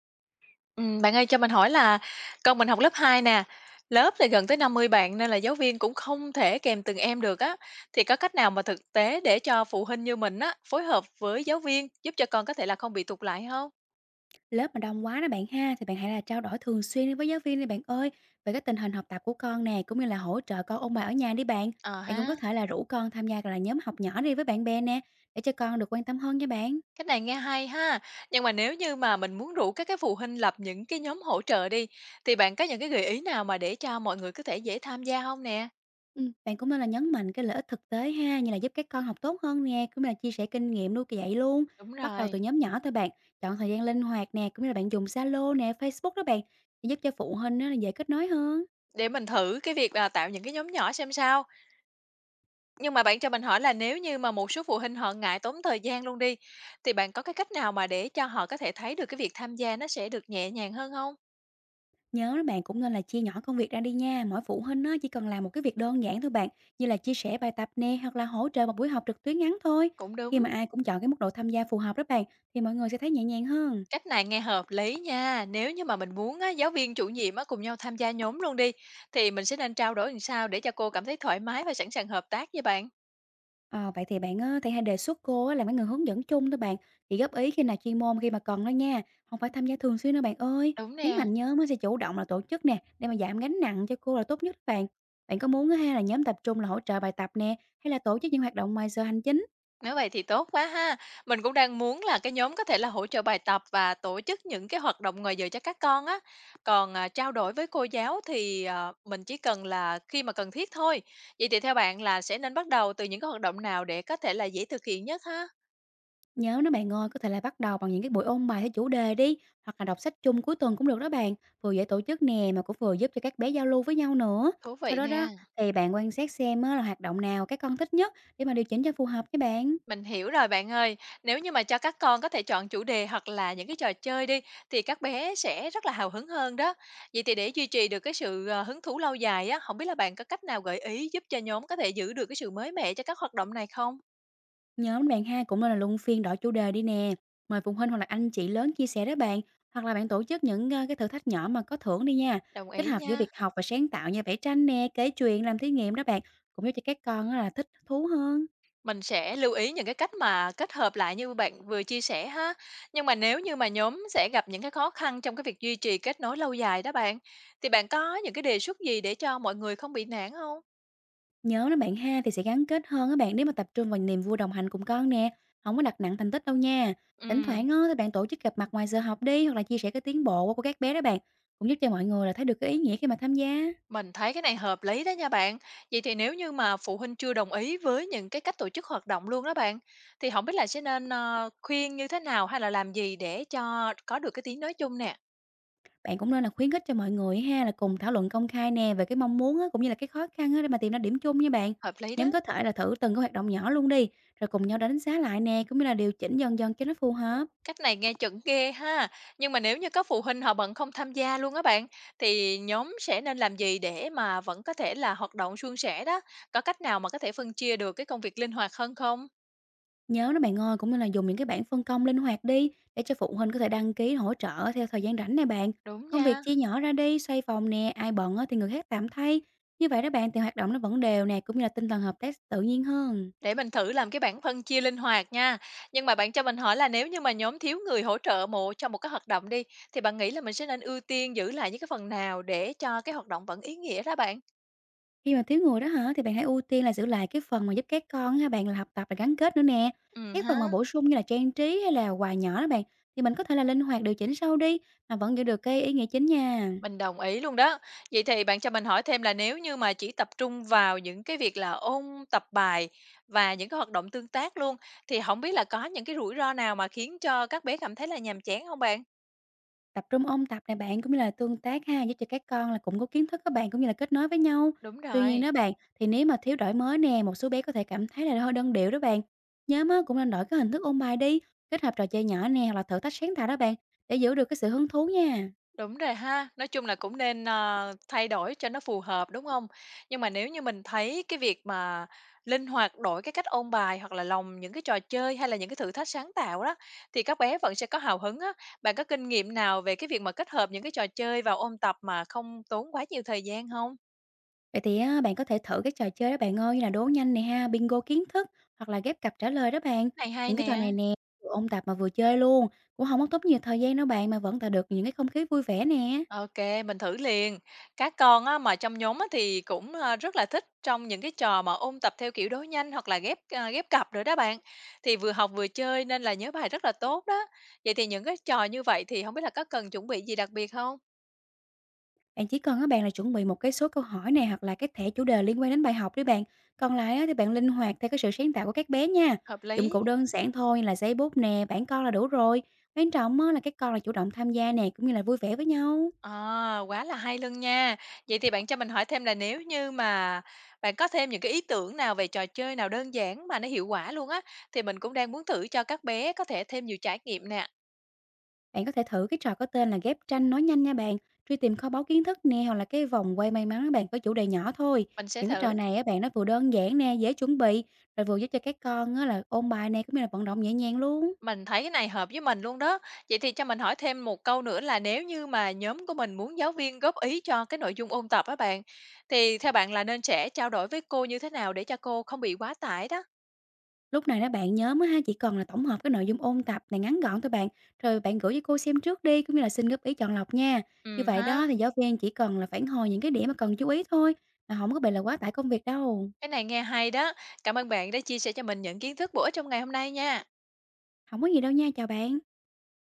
Bạn ơi cho mình hỏi là con mình học lớp 2 nè, lớp thì gần tới 50 bạn nên là giáo viên cũng không thể kèm từng em được á, thì có cách nào mà thực tế để cho phụ huynh như mình á phối hợp với giáo viên giúp cho con có thể là không bị tụt lại không? Lớp mà đông quá đó bạn ha, thì bạn hãy là trao đổi thường xuyên với giáo viên đi bạn ơi, về cái tình hình học tập của con nè, cũng như là hỗ trợ con ôn bài ở nhà đi bạn. Ờ Bạn cũng ha, có thể là rủ con tham gia gọi là nhóm học nhỏ đi với bạn bè nè, để cho con được quan tâm hơn nha bạn. cách này nghe hay ha. Nhưng mà nếu như mà mình muốn rủ các cái phụ huynh lập những cái nhóm hỗ trợ đi, thì bạn có những cái gợi ý nào mà để cho mọi người có thể dễ tham gia không nè? Ừ, bạn cũng nên là nhấn mạnh cái lợi ích thực tế ha, như là giúp các con học tốt hơn nè, cũng như là chia sẻ kinh nghiệm nuôi dạy luôn. Đúng Bắt đầu từ rồi, nhóm nhỏ thôi bạn, chọn thời gian linh hoạt nè, cũng như là bạn dùng Zalo nè, Facebook đó bạn, để giúp cho phụ huynh á là dễ kết nối hơn. để mình thử cái việc là tạo những cái nhóm nhỏ xem sao. Nhưng mà bạn cho mình hỏi là nếu như mà một số phụ huynh họ ngại tốn thời gian luôn đi, thì bạn có cái cách nào mà để cho họ có thể thấy được cái việc tham gia nó sẽ được nhẹ nhàng hơn không? Nhớ đó bạn cũng nên là chia nhỏ công việc ra đi nha. Mỗi phụ huynh á, chỉ cần làm một cái việc đơn giản thôi bạn, như là chia sẻ bài tập nè hoặc là hỗ trợ một buổi học trực tuyến ngắn thôi. Cũng Khi đúng, mà ai cũng chọn cái mức độ tham gia phù hợp đó bạn, thì mọi người sẽ thấy nhẹ nhàng hơn. cách này nghe hợp lý nha. Nếu như mà mình muốn á, giáo viên, chủ nhiệm á, cùng nhau tham gia nhóm luôn đi, thì mình sẽ nên trao đổi làm sao để cho cô cảm thấy thoải mái và sẵn sàng hợp tác với bạn? Ờ, vậy thì bạn á, thì hãy đề xuất cô á, làm cái người hướng dẫn chung thôi bạn. Chỉ góp ý khi nào chuyên môn khi mà cần thôi nha. Không phải tham gia thường xuyên đâu bạn ơi. Đúng Nhấn nè. mạnh nhớ mới sẽ chủ động là tổ chức nè, để mà giảm gánh nặng cho cô là tốt nhất đó bạn. Bạn có muốn á, ha là nhóm tập trung là hỗ trợ bài tập nè, hay là tổ chức những hoạt động ngoài giờ hành chính? Nếu vậy thì tốt quá ha. Mình cũng đang muốn là cái nhóm có thể là hỗ trợ bài tập và tổ chức những cái hoạt động ngoài giờ cho các con á. Còn, à, trao đổi với cô giáo thì, mình chỉ cần là khi mà cần thiết thôi. Vậy thì theo bạn là sẽ nên bắt đầu từ những cái hoạt động nào để có thể là dễ thực hiện nhất ha? Nhớ nó bạn ơi, có thể là bắt đầu bằng những cái buổi ôn bài theo chủ đề đi, hoặc là đọc sách chung cuối tuần cũng được đó bạn, vừa dễ tổ chức nè mà cũng vừa giúp cho các bé giao lưu với nhau nữa. Thú Sau vị đó đó nè. thì bạn quan sát xem á, là hoạt động nào các con thích nhất để mà điều chỉnh cho phù hợp với bạn. Mình hiểu rồi bạn ơi. Nếu như mà cho các con có thể chọn chủ đề hoặc là những cái trò chơi đi thì các bé sẽ rất là hào hứng hơn đó. Vậy thì để duy trì được cái sự, hứng thú lâu dài á, không biết là bạn có cách nào gợi ý giúp cho nhóm có thể giữ được cái sự mới mẻ cho các hoạt động này không? Nhóm bạn hai cũng nên là luân phiên đổi chủ đề đi nè, mời phụ huynh hoặc là anh chị lớn chia sẻ đó bạn, hoặc là bạn tổ chức những cái thử thách nhỏ mà có thưởng đi nha, Đồng kết ý hợp giữa nha. việc học và sáng tạo như vẽ tranh nè, kể chuyện, làm thí nghiệm đó bạn, cũng giúp cho các con á, là thích thú hơn. Mình sẽ lưu ý những cái cách mà kết hợp lại như bạn vừa chia sẻ ha. Nhưng mà nếu như mà nhóm sẽ gặp những cái khó khăn trong cái việc duy trì kết nối lâu dài đó bạn, thì bạn có những cái đề xuất gì để cho mọi người không bị nản không? Nhớ đó bạn ha, thì sẽ gắn kết hơn các bạn nếu mà tập trung vào niềm vui đồng hành cùng con nè, không có đặt nặng thành tích đâu nha. Thỉnh Ừ. thoảng á thì bạn tổ chức gặp mặt ngoài giờ học đi hoặc là chia sẻ cái tiến bộ của các bé đó bạn, cũng giúp cho mọi người là thấy được cái ý nghĩa khi mà tham gia. Mình thấy cái này hợp lý đó nha bạn. Vậy thì nếu như mà phụ huynh chưa đồng ý với những cái cách tổ chức hoạt động luôn đó bạn, thì không biết là sẽ nên khuyên như thế nào hay là làm gì để cho có được cái tiếng nói chung nè. Bạn cũng nên là khuyến khích cho mọi người ha là cùng thảo luận công khai nè về cái mong muốn á, cũng như là cái khó khăn á để mà tìm ra điểm chung nha bạn. Hợp lý Nhóm đó. có thể là thử từng cái hoạt động nhỏ luôn đi, rồi cùng nhau đánh giá lại nè, cũng như là điều chỉnh dần dần cho nó phù hợp. Cách này nghe chuẩn ghê ha. Nhưng mà nếu như có phụ huynh họ bận không tham gia luôn á bạn, thì nhóm sẽ nên làm gì để mà vẫn có thể là hoạt động suôn sẻ đó? Có cách nào mà có thể phân chia được cái công việc linh hoạt hơn không? Nhớ đó bạn ơi, cũng như là dùng những cái bảng phân công linh hoạt đi để cho phụ huynh có thể đăng ký hỗ trợ theo thời gian rảnh này bạn. Đúng Công việc nha. chia nhỏ ra đi, xoay vòng nè, ai bận á thì người khác tạm thay. Như vậy đó bạn thì hoạt động nó vẫn đều nè, cũng như là tinh thần hợp tác tự nhiên hơn. Để mình thử làm cái bảng phân chia linh hoạt nha. Nhưng mà bạn cho mình hỏi là nếu như mà nhóm thiếu người hỗ trợ mộ cho một cái hoạt động đi, thì bạn nghĩ là mình sẽ nên ưu tiên giữ lại những cái phần nào để cho cái hoạt động vẫn ý nghĩa đó bạn? Khi mà thiếu người đó hả thì bạn hãy ưu tiên là giữ lại cái phần mà giúp các con ha bạn là học tập và gắn kết nữa nè. Ừ Các ha, phần mà bổ sung như là trang trí hay là quà nhỏ đó bạn thì mình có thể là linh hoạt điều chỉnh sau đi mà vẫn giữ được cái ý nghĩa chính nha. mình đồng ý luôn đó. Vậy thì bạn cho mình hỏi thêm là nếu như mà chỉ tập trung vào những cái việc là ôn tập bài và những cái hoạt động tương tác luôn, thì không biết là có những cái rủi ro nào mà khiến cho các bé cảm thấy là nhàm chán không bạn? Tập trung ôn tập này bạn, cũng như là tương tác ha, giúp cho các con là cũng có kiến thức các bạn, cũng như là kết nối với nhau. Đúng Tuy nhiên rồi. đó bạn, thì nếu mà thiếu đổi mới nè, một số bé có thể cảm thấy là hơi đơn điệu đó bạn. Nhóm á, cũng nên đổi cái hình thức ôn bài đi, kết hợp trò chơi nhỏ nè, hoặc là thử thách sáng tạo đó bạn, để giữ được cái sự hứng thú nha. Đúng rồi ha, nói chung là cũng nên, thay đổi cho nó phù hợp, đúng không? Nhưng mà nếu như mình thấy cái việc mà linh hoạt đổi cái cách ôn bài hoặc là lồng những cái trò chơi hay là những cái thử thách sáng tạo đó, thì các bé vẫn sẽ có hào hứng á. Bạn có kinh nghiệm nào về cái việc mà kết hợp những cái trò chơi vào ôn tập mà không tốn quá nhiều thời gian không? Vậy thì á, bạn có thể thử các trò chơi đó bạn ơi, như là đố nhanh nè ha, bingo kiến thức, hoặc là ghép cặp trả lời đó bạn. Này hay Những cái trò này nè. nè, vừa ôn tập mà vừa chơi luôn, cũng không có tốn nhiều thời gian đâu bạn, mà vẫn tạo được những cái không khí vui vẻ nè. OK, mình thử liền. Các con á, mà trong nhóm á, thì cũng rất là thích trong những cái trò mà ôn tập theo kiểu đối nhanh hoặc là ghép cặp rồi đó bạn. Thì vừa học vừa chơi nên là nhớ bài rất là tốt đó. Vậy thì những cái trò như vậy thì không biết là có cần chuẩn bị gì đặc biệt không? Bạn chỉ cần các bạn là chuẩn bị một cái số câu hỏi này hoặc là cái thẻ chủ đề liên quan đến bài học đi bạn. Còn lại á thì bạn linh hoạt theo cái sự sáng tạo của các bé nha. Hợp Dụng lý. cụ đơn giản thôi như là giấy bút nè, bảng con là đủ rồi. Quan trọng á là các con là chủ động tham gia nè cũng như là vui vẻ với nhau. À, quá là hay luôn nha. Vậy thì bạn cho mình hỏi thêm là nếu như mà bạn có thêm những cái ý tưởng nào về trò chơi nào đơn giản mà nó hiệu quả luôn á, thì mình cũng đang muốn thử cho các bé có thể thêm nhiều trải nghiệm nè. Bạn có thể thử cái trò có tên là ghép tranh nói nhanh nha bạn. Truy tìm kho báu kiến thức nè hoặc là cái vòng quay may mắn á bạn có chủ đề nhỏ thôi. Mình sẽ Những cái trò thử. này á bạn nó vừa đơn giản nè, dễ chuẩn bị rồi vừa giúp cho các con á là ôn bài nè cũng như là vận động nhẹ nhàng luôn. Mình thấy cái này hợp với mình luôn đó. Vậy thì cho mình hỏi thêm một câu nữa là nếu như mà nhóm của mình muốn giáo viên góp ý cho cái nội dung ôn tập á bạn, thì theo bạn là nên sẽ trao đổi với cô như thế nào để cho cô không bị quá tải đó? Lúc này đó bạn, nhóm á ha, chỉ cần là tổng hợp cái nội dung ôn tập này ngắn gọn thôi bạn, rồi bạn gửi cho cô xem trước đi, cũng như là xin góp ý chọn lọc nha. Như Ừ vậy ha, đó thì giáo viên chỉ cần là phản hồi những cái điểm mà cần chú ý thôi, mà không có bị là quá tải công việc đâu. cái này nghe hay đó. Cảm ơn bạn đã chia sẻ cho mình những kiến thức bổ ích trong ngày hôm nay nha. Không có gì đâu nha, chào bạn.